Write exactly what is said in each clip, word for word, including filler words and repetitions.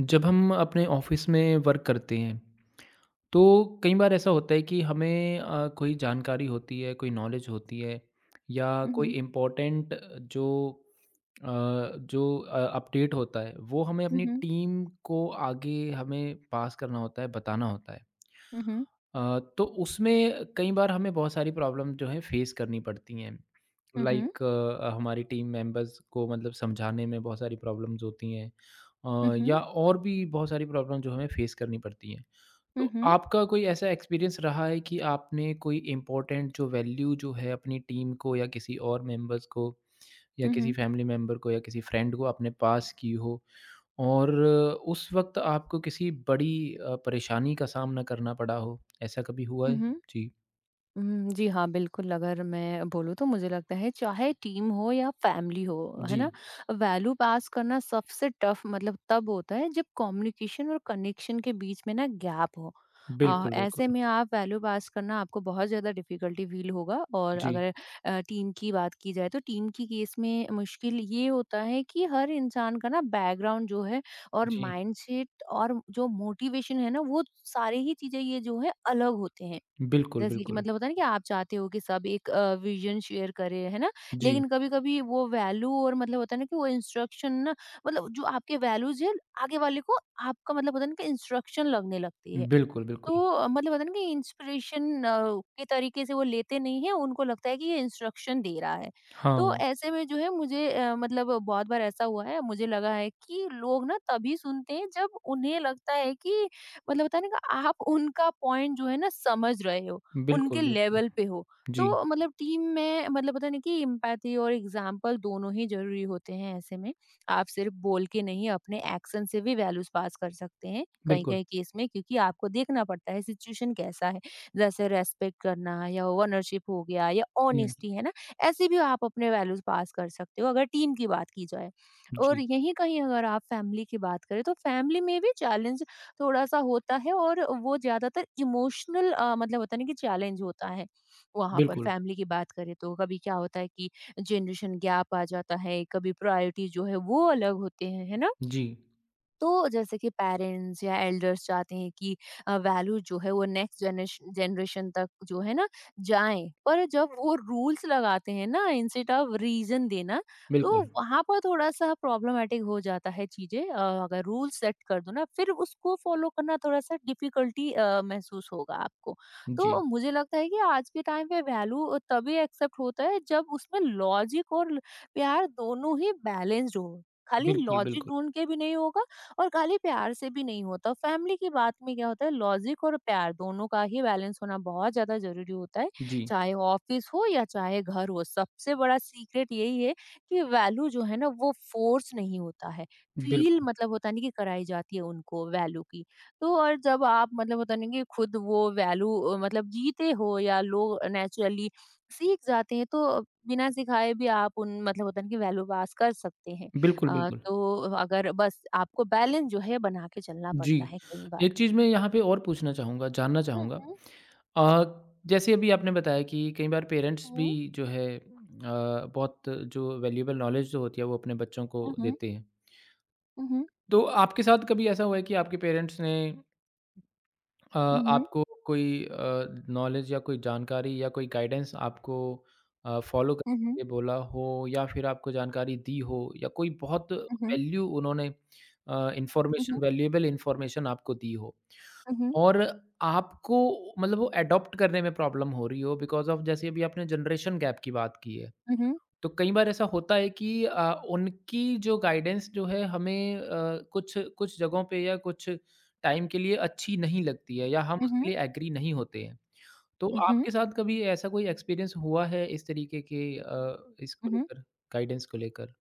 जब हम अपने ऑफिस में वर्क करते हैं तो कई बार ऐसा होता है कि हमें अ, कोई जानकारी होती है कोई नॉलेज होती है या कोई Mhm, इम्पोर्टेंट जो अ, जो अपडेट होता है वो हमें अपनी mhm, टीम को आगे हमें पास करना होता है बताना होता है। mhm, अ, तो उसमें कई बार हमें बहुत सारी प्रॉब्लम जो है फेस करनी पड़ती हैं। mhm, लाइक हमारी टीम मेंबर्स को मतलब समझाने में बहुत सारी प्रॉब्लम्स होती हैं। अ, या mhm, और भी बहुत सारी प्रॉब्लम जो हमें फेस करनी पड़ती हैं। mhm, तो mhm, आपका कोई ऐसा एक्सपीरियंस रहा है कि आपने कोई इम्पोर्टेंट जो वैल्यू जो है अपनी टीम को या किसी और मेंबर्स को या किसी mhm, फैमिली मेंबर को या किसी फ्रेंड को अपने पास की हो और उस वक़्त आपको किसी बड़ी अ, परेशानी का सामना करना पड़ा हो, ऐसा कभी हुआ है? mhm. जी। हुँ, जी हाँ, बिल्कुल अगर मैं बोलूँ तो मुझे लगता है चाहे टीम हो या फैमिली हो, है जी। ना? वैल्यू पास करना सबसे टफ मतलब तब होता है जब कम्युनिकेशन और कनेक्शन के बीच में ना गैप हो। अ, बिल्कुल, ऐसे बिल्कुल। में आप वैल्यू पास करना आपको बहुत ज़्यादा डिफ़िकल्टी फ़ील होगा और जी, अगर अ, टीम की बात की जाए तो टीम की केस में मुश्किल ये होता है कि हर इंसान का ना बैकग्राउंड जो है और जी। माइंडसेट और जो मोटिवेशन है ना वो सारी ही चीज़ें ये जो है अलग होते हैं। बिल्कुल, जैसे कि बिल्कुल। मतलब होता है ना कि आप चाहते हो कि सब एक अ, विजन शेयर करे, है ना? जी। लेकिन कभी-कभी वो वैल्यू और मतलब होता है ना कि वो इंस्ट्रक्शन ना मतलब जो आपके वैल्यूज़ है, आगे वाले को आपका मतलब होता है ना कि इंस्ट्रक्शन लगने लगती है। बिल्कुल, बिल्कुल। तो अ, मतलब होता है ना कि इंस्पिरेशन के तरीके से वो लेते नहीं है उनको लगता है कि ये इंस्ट्रक्शन दे रहा है। तो हाँ, ऐसे में जो है मुझे अ, मतलब बहुत बार ऐसा हुआ है मुझे लगा है कि लोग ना तभी सुनते हैं जब उन्हें लगता है कि मतलब होता है ना कि आप उनका पॉइंट जो है ना समझ रहे हो, बिल्कुल, उनके बिल्कुल। लेवल पे हो। जी, तो मतलब टीम में मतलब पता नहीं कि एम्पैथी और एग्जाम्पल दोनों ही जरूरी होते हैं ऐसे में आप सिर्फ बोल के नहीं अपने एक्शन से भी वैल्यूज पास कर सकते हैं बिल्कुल। कहीं-कहीं केस में क्योंकि आपको देखना पड़ता है सिचुएशन कैसा है। जैसे रेस्पेक्ट करना या ओनरशिप हो गया या हुँ। ऑनेस्टी है ना, ऐसे भी आप अपने वैल्यूज़ पास कर सकते हो अगर टीम की बात की जाए। और जी, यहीं कहीं अगर आप फैमिली की बात करें तो फैमिली में भी चैलेंज थोड़ा-सा होता है और वो ज़्यादातर इमोशनल अ, मतलब होता है ना कि चैलेंज होता है। वहाँ पर बिल्कुल। फैमिली की बात करें तो कभी क्या होता है कि जनरेशन गैप आ जाता है, कभी प्रायोरिटी जो है वो अलग होते हैं, है ना? जी, तो जैसे कि पेरेंट्स या एल्डर्स चाहते हैं कि वैल्यू जो है वो नेक्स्ट जनरेशन तक जो है ना जाए पर जब वो रूल्स लगाते हैं ना इंस्टेड ऑफ रीजन देना तो बिल्कुल। वहां पर थोड़ा सा प्रॉब्लमेटिक हो जाता है चीजें। अ, अगर रूल सेट कर दो ना फिर उसको फॉलो करना थोड़ा सा डिफिकल्टी महसूस होगा आपको। जी, तो मुझे लगता है कि आज के टाइम पे वैल्यू तभी एक्सेप्ट होता है जब उसमें लॉजिक और प्यार दोनों ही बैलेंस्ड हो, खाली बिल्कुल, लॉजिक बिल्कुल। ढूंढ के भी नहीं होगा और खाली प्यार से भी नहीं होता। फैमिली की बात में क्या होता है लॉजिक और प्यार दोनों का ही बैलेंस होना बहुत ज़्यादा ज़रूरी होता है। जी, चाहे ऑफ़िस हो या चाहे घर हो, सबसे बड़ा सीक्रेट यही है कि वैल्यू जो है ना वो फ़ोर्स नहीं होता है। फ़ील बिल्कुल। मतलब होता नहीं कि कराई जाती है उनको वैल्यू की। तो और जब आप मतलब होता नहीं कि खुद वो वैल्यू अ, मतलब जीते हो या लोग नेचुरली सीख जाते हैं तो बिना सिखाए भी आप उन मतलब होता है ना कि वैल्यू पास कर सकते हैं। बिल्कुल, अ, बिल्कुल। तो अगर बस आपको बैलेंस जो है बना के चलना जी, पड़ता है कई बार। एक चीज़ मैं यहाँ पे और पूछना चाहूँगा जानना हुँ, चाहूँगा। हुँ, हुँ। अ, जैसे अभी आपने बताया कि कई बार पेरेंट्स भी उहुँ, जो है अ, बहुत जो वैल्यूएबल नॉलेज जो होती है वो अपने बच्चों को उहुँ, देते हैं। उहुँ, तो आपके साथ कभी ऐसा हुआ है कि आपके पेरेंट्स ने अ, उहुँ, आपको कोई अ, नॉलेज या कोई जानकारी या कोई गाइडेंस आपको अ, फॉलो करने उहुँ, के लिए बोला हो या फिर आपको जानकारी दी हो या कोई बहुत उहुँ, वैल्यू उन्होंने अ, उहुँ, इन्फॉर्मेशन वैल्यूएबल इन्फॉर्मेशन आपको दी हो? उहुँ, और आपको मतलब वो एडॉप्ट करने में प्रॉब्लम हो रही हो बिकॉज़ ऑफ़ जैसे अभी आपने जनरेशन गैप की बात की है। उहुँ, तो कई बार ऐसा होता है कि अ, उनकी जो गाइडेंस जो है हमें अ, कुछ कुछ जगहों पे या कुछ टाइम के लिए अच्छी नहीं लगती है या हम उहुँ, उसके लिए एग्री नहीं होते हैं। तो उहुँ, आपके साथ कभी ऐसा कोई एक्सपीरियंस हुआ है इस तरीके के अ, इसको उहुँ। लेकर गाइडेंस को लेकर?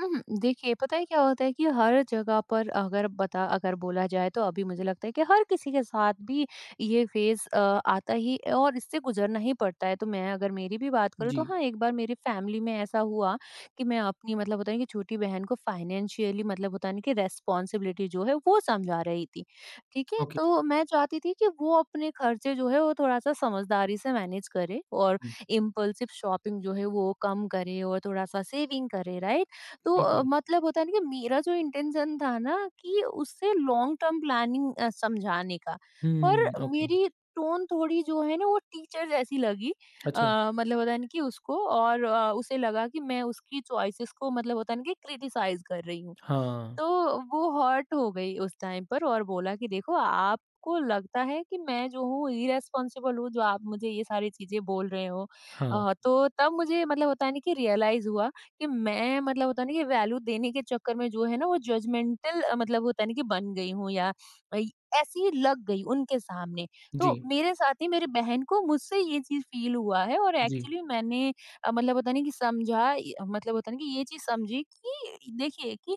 हुँ, देखिए पता है क्या होता है कि हर जगह पर अगर बता अगर बोला जाए तो अभी मुझे लगता है कि हर किसी के साथ भी ये फ़ेज़ अ, आता ही है और इससे गुज़रना ही पड़ता है। तो मैं अगर मेरी भी बात करूँ जी, तो हाँ, एक बार मेरी फ़ैमिली में ऐसा हुआ कि मैं अपनी मतलब होता है कि छोटी बहन को फ़ाइनेंशियली मतलब होता है ना कि रिस्पॉन्सिबिलिटी जो है वो समझा रही थी। ठीक है? ओके। तो मैं चाहती थी कि वो अपने खर्चे जो है वो थोड़ा-सा समझदारी से मैनेज करे और हुँ, इम्पल्सिव शॉपिंग जो है वो कम करे और थोड़ा-सा सेविंग करे, राइट? तो अ, बिल्कुल। मतलब होता है ना कि मेरा जो इंटेंशन था ना कि उससे लॉन्ग टर्म प्लानिंग समझाने का, पर हुँ, ओके। मेरी टोन थोड़ी जो है ना वो टीचर जैसी लगी। अच्छा। अ, मतलब होता है ना कि उसको और अ, उसे लगा कि मैं उसकी चॉइसेस को मतलब होता है ना कि क्रिटिसाइज कर रही हूँ। हाँ, तो वो हर्ट हो गई उस टाइम पर और बोला कि देखो आपको लगता है कि मैं जो हूँ इरेस्पॉन्सिबल हूँ जो आप मुझे ये सारी चीजें बोल रहे हो। हाँ। अ, तो तब मुझे मतलब होता है ना कि रियलाइज हुआ कि मैं मतलब होता है ना कि वैल्यू देने के चक्कर में जो है ना वो जजमेंटल मतलब होता है ना कि बन गई हूँ या अ, ऐसी ही लग गई उनके सामने। जी, तो मेरे साथ ही मेरी बहन को मुझसे ये चीज फील हुआ है और जी। एक्चुअली मैंने अ, मतलब होता नहीं कि समझा ये- मतलब होता नहीं कि ये चीज समझी कि देखिए कि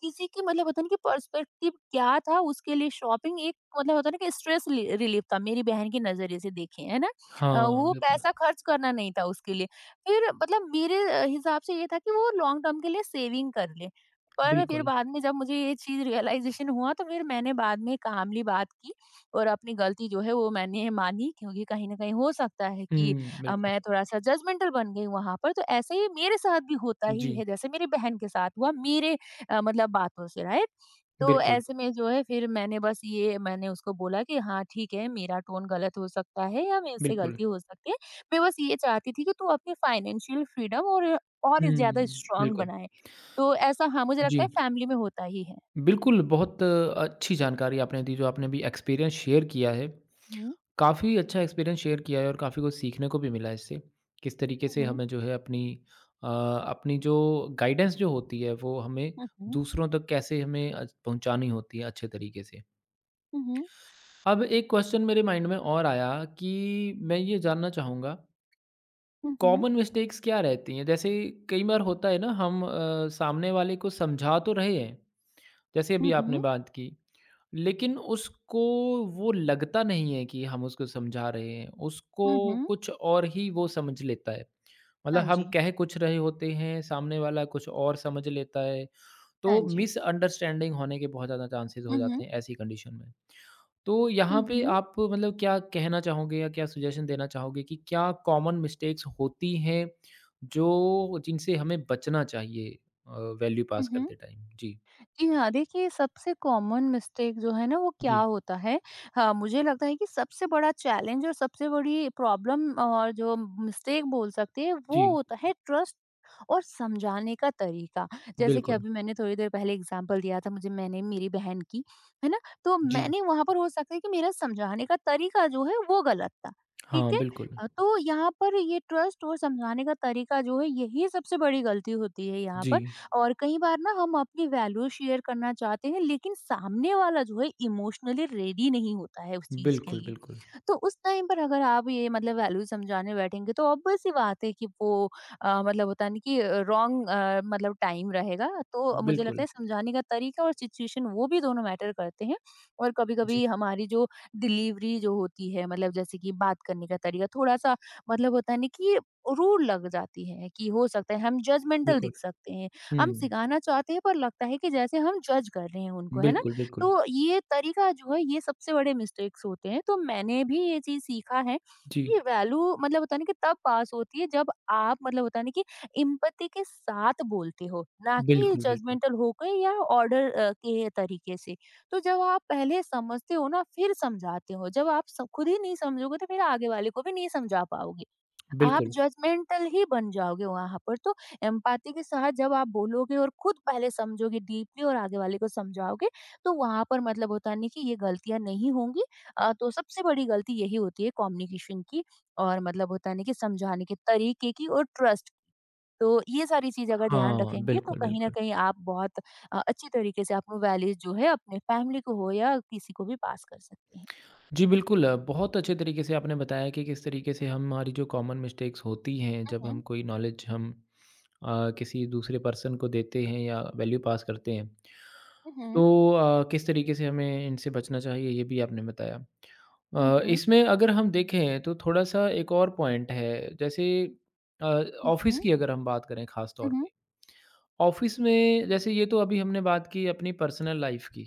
किसी की मतलब होता है ना कि पर्सपेक्टिव क्या था। उसके लिए शॉपिंग एक मतलब होता है ना कि स्ट्रेस रिलीफ था, मेरी बहन के नजरिए से देखें है ना। अ, हाँ, वो बिल्कुल, पैसा खर्च करना नहीं था उसके लिए। फिर मतलब मेरे अ, हिसाब से ये था कि वो लॉन्ग टर्म के लिए सेविंग कर ले। पर फिर बिल्कुल। बाद में जब मुझे ये चीज रियलाइजेशन हुआ तो फिर मैंने बाद में कामली बात की और अपनी गलती जो है वो मैंने मानी क्योंकि कहीं ना कहीं हो सकता है कि हुँ, अ, बिल्कुल। मैं थोड़ा सा जजमेंटल बन गई वहां पर। तो ऐसे ही मेरे साथ भी होता ही जी, है जैसे मेरी बहन के साथ हुआ मेरे अ, मतलब बातों से, राइट। तो बिल्कुल, ऐसे में जो है फिर मैंने बस ये मैंने उसको बोला कि हाँ ठीक है, मेरा टोन गलत हो सकता है या मेरे से बिल्कुल। गलती हो सकती है। मैं बस ये चाहती थी कि तू अपनी फाइनेंशियल फ्रीडम और और ज़्यादा हुँ, स्ट्रांग बिल्कुल। बनाए। तो ऐसा हाँ, मुझे लगता है जी, फैमिली में होता ही है। बिल्कुल, बहुत अच्छी जानकारी आपने दी, जो आपने अभी एक्सपीरियंस शेयर किया है। हुँ, काफ़ी अच्छा एक्सपीरियंस शेयर किया है और काफ़ी कुछ सीखने को भी मिला है इससे। किस तरीके हुँ, से हुँ, हमें जो है अपनी अ, अपनी जो गाइडेंस जो होती है, वो हमें हुँ, दूसरों तक कैसे हमें अ, पहुँचानी होती है अच्छे तरीके से। हुँ, हुँ, अब एक क्वेश्चन मेरे माइंड में और आया कि मैं ये जानना चाहूँगा हुँ, हुँ, कॉमन मिस्टेक्स क्या रहती हैं? जैसे कई बार होता है ना हम अ, सामने वाले को समझा तो रहे हैं, जैसे अभी हुँ, आपने बात की, लेकिन उसको वो लगता नहीं है कि हम उसको समझा रहे हैं, उसको हुँ, हुँ। कुछ और ही वो समझ लेता है। मतलब हाँ हम जी, कह कुछ रहे होते हैं, सामने वाला कुछ और समझ लेता है, हाँ तो जी। मिसअंडरस्टैंडिंग होने के बहुत ज़्यादा चांसेस हो हुँ, हुँ, जाते हैं ऐसी कंडीशन में। तो हुँ, यहाँ पे हुँ, आप मतलब क्या कहना चाहोगे या क्या सजेशन देना चाहोगे कि क्या कॉमन मिस्टेक्स होती हैं जो जिनसे हमें बचना चाहिए वैल्यू पास हुँ। करते टाइम? जी, जी हाँ, देखिए सबसे कॉमन मिस्टेक जो है ना वो क्या जी, होता है, हाँ, मुझे लगता है कि सबसे बड़ा चैलेंज और सबसे बड़ी प्रॉब्लम और जो मिस्टेक बोल सकते हैं वो जी, होता है ट्रस्ट और समझाने का तरीका। जैसे कि बिल्कुल। अभी मैंने थोड़ी देर पहले एग्जांपल दिया था मुझे मैंने मेरी बहन की, है ना, तो जी, मैंने वहां पर हो सकता है कि मेरा समझाने का तरीका जो है वो गलत था, हाँ, ठीक है। बिल्कुल। अ, तो यहाँ पर ये ट्रस्ट और समझाने का तरीका जो है यही सबसे बड़ी गलती होती है यहाँ जी, पर। और कई बार ना हम अपनी वैल्यू शेयर करना चाहते हैं लेकिन सामने वाला जो है इमोशनली रेडी नहीं होता है उस चीज के बिल्कुल, लिए। बिल्कुल। तो उस टाइम पर अगर आप ये मतलब वैल्यू समझाने बैठेंगे तो ऑब्वियस सी बात है कि वो अ, मतलब होता है ना कि रॉन्ग मतलब टाइम रहेगा। तो मुझे लगता बिल्कुल, है समझाने का तरीका और सिचुएशन वो भी दोनों मैटर करते हैं और कभी जी, कभी हमारी जो डिलीवरी जो होती है मतलब जैसे कि बात करने का तरीका थोड़ा सा मतलब होता है ना कि रूड लग जाती है कि हो सकता है हम जजमेंटल बिल्कुल। दिख सकते हैं। हुँ, हम सिखाना चाहते हैं पर लगता है कि जैसे हम जज कर रहे हैं उनको, है ना? बिल्कुल, बिल्कुल। तो ये तरीका जो है ये सबसे बड़े मिस्टेक्स होते हैं। तो मैंने भी ये चीज सीखा है कि जी, वैल्यू मतलब होता है ना कि तब पास होती है जब आप मतलब होता है ना कि इम्पति के साथ बोलते हो ना कि बिल्कुल, बिल्कुल। जजमेंटल होकर या ऑर्डर के तरीके से। तो जब आप पहले समझते हो ना फिर समझाते हो, जब आप सब खुद ही नहीं समझोगे तो फिर आगे वाले को भी नहीं समझा पाओगे, आप बिल्कुल, जजमेंटल ही बन जाओगे वहाँ पर। तो एम्पैथी के साथ जब आप बोलोगे और खुद पहले समझोगे डीपली और आगे वाले को समझाओगे, तो वहाँ पर मतलब होता नहीं कि ये गलतियाँ नहीं होंगी। अ, तो सबसे बड़ी गलती यही होती है कम्युनिकेशन की और मतलब होता नहीं कि समझाने के तरीके की और ट्रस्ट की। तो ये सारी चीज़ अगर ध्यान हाँ, रखेंगे तो बिल्कुल, कहीं न बिल्कुल। कहीं आप बहुत अ, अच्छी तरीके से अपनी वैल्यूज़ जो है अपने फैमिली को हो या किसी को भी पास कर सकते हैं। जी बिल्कुल अ, बहुत अच्छे तरीके से आपने बताया कि किस तरीके से हम हमारी जो कॉमन मिस्टेक्स होती हैं हुँ, जब हम हुँ। कोई नॉलेज हम अ, किसी दूसरे पर्सन को देते हैं या वैल्यू पास करते हैं हुँ, हुँ। तो अ, किस तरीके से हमें इनसे बचना चाहिए ये भी आपने बताया। हुँ, अ, हुँ। इसमें अगर हम देखें तो थोड़ा सा एक और पॉइंट है जैसे हुँ, ऑफिस हुँ। की अगर हम बात करें खास हुँ, तौर हुँ। पे ऑफिस में जैसे ये तो अभी हमने बात की अपनी पर्सनल लाइफ की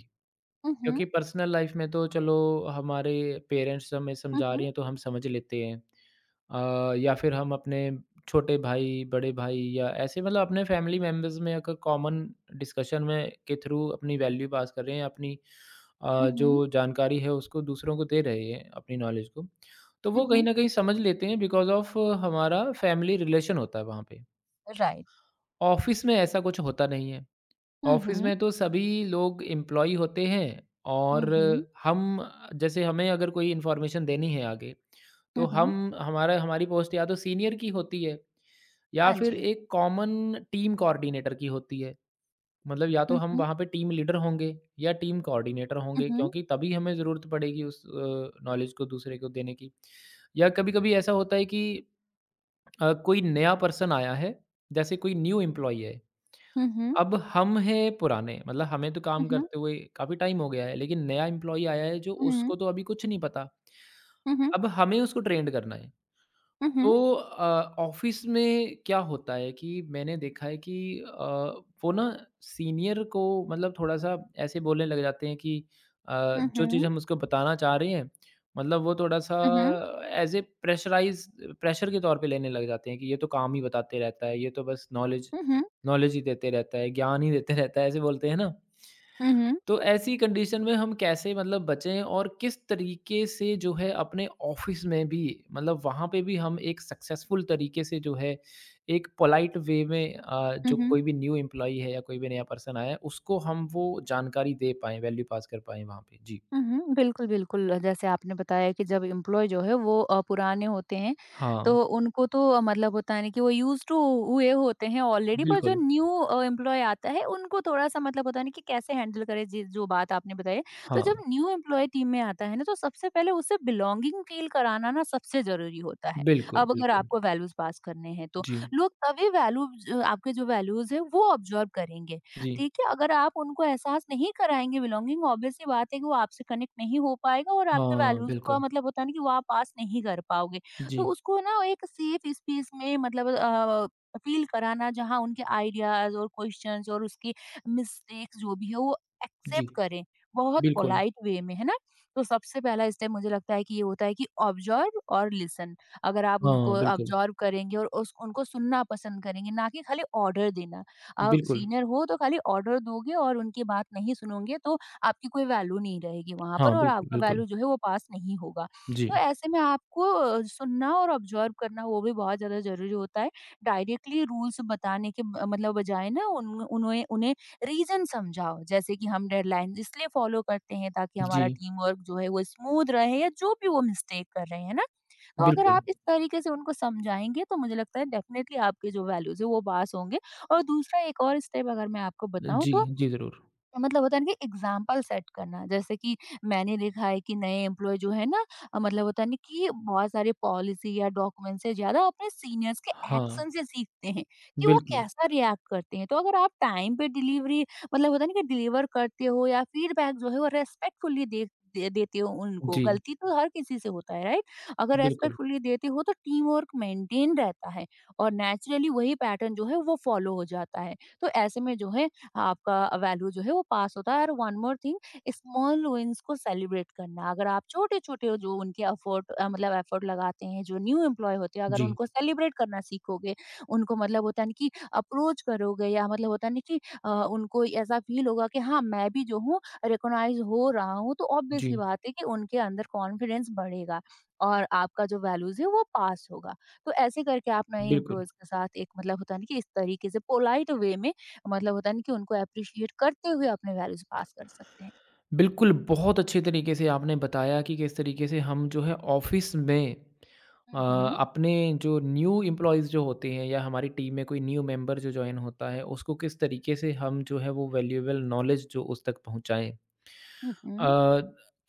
हुँ, हुँ। क्योंकि पर्सनल लाइफ में तो चलो हमारे पेरेंट्स हमें हुँ, समझा रही हुँ। हैं तो हम समझ लेते हैं। अ, या फिर हम अपने छोटे भाई बड़े भाई या ऐसे मतलब अपने फैमिली मेम्बर्स में अगर कॉमन डिस्कशन में के थ्रू अपनी वैल्यू पास कर रहे हैं अपनी अ, हुँ, जो हुँ। जानकारी है उसको दूसरों को दे रहे हैं अपनी नॉलेज को तो हुँ, वो कहीं हुँ। ना कहीं समझ लेते हैं बिकॉज ऑफ हमारा फैमिली रिलेशन होता है वहाँ पे। राइट। ऑफिस में ऐसा कुछ होता नहीं है। हुँ, ऑफिस हुँ। में तो सभी लोग एम्प्लॉयी होते हैं और हुँ, हुँ। हम जैसे हमें अगर कोई इन्फॉर्मेशन देनी है आगे, तो हुँ, हुँ। हम हमारा हमारी पोस्ट या तो सीनियर की होती है या हाँ फिर जी। एक कॉमन टीम कोऑर्डिनेटर की होती है। मतलब या तो हुँ, हम हुँ। वहाँ पे टीम लीडर होंगे या टीम कोऑर्डिनेटर हुँ, होंगे हुँ। क्योंकि तभी हमें ज़रूरत पड़ेगी उस अ, नॉलेज को दूसरे को देने की। या कभी-कभी ऐसा होता है कि अ, कोई नया पर्सन आया है, जैसे कोई न्यू एम्प्लॉयी है। हुँ, हुँ। अब हम हैं पुराने, मतलब हमें तो हुँ, काम हुँ। करते हुए काफ़ी टाइम हो गया है, लेकिन नया एम्प्लॉयी आया है जो हुँ, हुँ। उसको तो अभी कुछ नहीं पता। हुँ, हुँ। अब हमें उसको ट्रेंड करना है। हुँ, तो हुँ। अ, ऑफ़िस में क्या होता है कि मैंने देखा है कि अ, वो ना सीनियर को मतलब थोड़ा-सा ऐसे बोलने लग जाते हैं कि अ, हुँ, जो चीज़ हुँ। हम उसको बताना चाह रहे हैं, मतलब वो थोड़ा-सा हुँ, हुँ। ऐज़ ए प्रेशराइज़ प्रेशर के तौर पे लेने लग जाते हैं कि ये तो काम ही बताते रहता है, ये तो बस नॉलेज हुँ, हुँ। नॉलेज ही देते रहता है, ज्ञान ही देते रहता है, ऐसे बोलते हैं ना। हुँ, हुँ। तो ऐसी कंडीशन में हम कैसे मतलब बचें और किस तरीके से जो है अपने ऑफ़िस में भी मतलब वहाँ पे भी हम एक सक्सेसफुल तरीके से जो है एक पोलाइट वे में अ, हुँ, जो हुँ। कोई भी न्यू एम्प्लॉयी है या कोई भी नया पर्सन आया है, उसको हम वो जानकारी दे पाएँ, वैल्यू पास कर पाएँ वहाँ पे। जी। उहुँ, बिल्कुल, बिल्कुल। जैसे आपने बताया कि जब एम्प्लॉयी जो है वो अ, पुराने होते हैं, हाँ, तो उनको तो अ, मतलब होता है ना कि वो यूज़्ड टू हुए होते हैं ऑलरेडी, पर जो बिल्कुल। न्यू अ, एम्प्लॉयी आता है उनको थोड़ा-सा मतलब होता है ना कि कैसे हैंडल करें जी, जो बात आपने बताई। तो हाँ, जब न्यू एम्प्लॉयी टीम में आता है ना, तो सबसे पहले उसे बिलॉन्गिंग फील कराना ना सबसे ज़रूरी होता है। बिल्कुल, अब अगर बिल्कुल। आपको वैल्यूज़ पास करने हैं, तो जी, लोग तभी वैल्यूज़ आपके, जो वैल्यूज़ हैं वो ऑब्जर्व करेंगे। जी। होती है कि अगर आप उनको एहसास नहीं कराएँगे बिलॉन्गिंग, ऑब्वियस सी बात है कि वो आपसे कनेक्ट नहीं हो पाएगा और आपके हाँ, वैल्यूज़ का बिल्कुल। मतलब होता है ना कि वो आप पास नहीं कर पाओगे। तो जी, उसको ना एक सेफ स्पेस में मतलब अ, फ़ील कराना, जहाँ उनके आइडियाज़ और क्वेश्चन्स और उसकी मिस्टेक्स जो भी है वो जी। एक्सेप्ट करें, बहुत बिल्कुल। पोलाइट वे में, है ना? तो सबसे पहला स्टेप मुझे लगता है कि ये होता है कि ऑब्जर्व और लिसन। अगर आप हाँ, उनको बिल्कुल, ऑब्जर्व करेंगे और उस उनको सुनना पसंद करेंगे, ना कि खाली ऑर्डर देना। आप बिल्कुल। सीनियर हो तो खाली ऑर्डर दोगे और उनकी बात नहीं सुनोगे, तो आपकी कोई वैल्यू नहीं रहेगी वहाँ हाँ, पर और बिल्कुल, आपका बिल्कुल। वैल्यू जो है वो पास नहीं होगा। जी, तो ऐसे में आपको अ, सुनना और ऑब्जर्व करना वो भी बहुत ज़्यादा ज़रूरी होता है। डायरेक्टली रूल्स बताने के ब मतलब बजाय ना उन उन्हें उन्हें रीज़न समझाओ, जैसे कि हम डेडलाइन इसलिए फ़ॉलो करते हैं ताकि हमारा जी, टीम वर्क जो है वो स्मूथ रहे, या जो भी वो मिस्टेक कर रहे हैं ना। तो अगर बिल्कुल। आप इस तरीके से उनको समझाएँगे, तो मुझे लगता है डेफ़िनेटली आपके जो वैल्यूज़ है वो पास होंगे। और दूसरा एक और स्टेप, अगर मैं आपको अ, बताऊँ, जी, तो जी, ज़रूर। मतलब होता है ना कि एग्जाम्पल सेट करना। जैसे कि मैंने लिखा है कि नए एम्प्लॉय जो है ना, अ, मतलब होता है ना कि बहुत सारे पॉलिसी या डॉक्यूमेंट से ज्यादा अपने सीनियर्स के हाँ, एक्शन से सीखते हैं कि वो बिल्कुल। कैसा रिएक्ट करते हैं। तो अगर आप टाइम पे डिलीवरी, मतलब होता है ना कि डिलीवर करते हो, या फीडबैक जो है वो रेस्पेक्टफुली दे, दे देते हो, उनको। जी, गलती तो हर किसी से होता है, राइट? अगर बिल्कुल। रेस्पेक्टफुली देते हो तो टीम वर्क मेंटेन रहता है और नेचुरली वही पैटर्न जो है वो फॉलो हो जाता है। तो ऐसे में जो है, आपका वैल्यू जो है वो पास होता है। और one more thing, small wins को सेलिब्रेट करना। अगर आप छोटे छोटे जो उनके एफर्ट, मतलब एफर्ट लगाते हैं जो न्यू एम्प्लॉय होते हैं, अगर जी, उनको सेलिब्रेट करना सीखोगे, उनको मतलब होता नहीं कि अप्रोच करोगे, या मतलब होता नहीं कि अ, उनको ऐसा फील होगा कि हाँ, मैं भी जो हूँ रिकॉग्नाइज हो रहा हूँ, तो ऑब्वियस जी, सी बात है कि उनके अंदर कॉन्फिडेंस बढ़ेगा और आपका जो वैल्यूज है वो पास होगा। तो ऐसे करके आप नए बिल्कुल। एम्प्लॉयज के साथ एक मतलब होता नहीं कि इस तरीके से पोलाइट वे में, मतलब होता है ना कि उनको एप्रिशिएट करते हुए अपने वैल्यूज़ पास कर सकते हैं। बिल्कुल, बहुत अच्छे तरीके से आपने बताया कि किस तरीके से हम जो है ऑफ़िस में अ, हुँ, हुँ, अपने जो न्यू एम्प्लॉइज़ जो होते हैं या हमारी टीम में कोई न्यू मेंबर जो जॉइन होता है, उसको किस तरीके से हम जो है वो वैल्यूएबल नॉलेज जो उस तक पहुँचाएँ। अ, हुँ।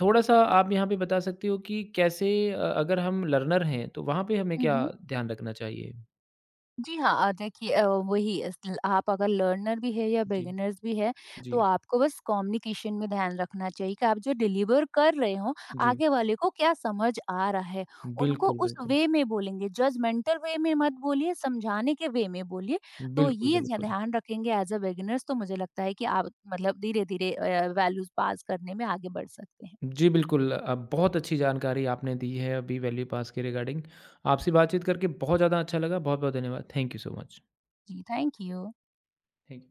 थोड़ा-सा आप यहाँ पे बता सकते हो कि कैसे अ, अगर हम लर्नर हैं, तो वहाँ पे हमें हुँ, क्या हुँ। ध्यान रखना चाहिए? जी हाँ, अ, देखिए, अ, वही अस आप अगर लर्नर भी है या जी, बिगिनर्स भी है, जी, तो आपको बस कम्युनिकेशन में ध्यान रखना चाहिए कि आप जो डिलीवर कर रहे हो, जी। आगे वाले को क्या समझ आ रहा है। उनको बिल्कुल, उस बिल्कुल। वे में बोलेंगे, जजमेंटल वे में मत बोलिए, समझाने के वे में बोलिए। तो बिल्कुल, ये ध्या बिल्कुल। ध्यान रखेंगे एज़ अ बिगिनर्स, तो मुझे लगता है कि आप मतलब धीरे-धीरे अ, वैल्यूज़ पास करने में आगे बढ़ सकते हैं। जी, बिल्कुल। अ, बहुत अच्छी जानकारी आपने दी है अभी वैल्यू पास के रिगार्डिंग। आपसे बातचीत करके बहुत ज़्यादा अच्छा लगा। बहुत-बहुत धन्यवाद। Thank you so much. जी, थैंक यू। Thank you.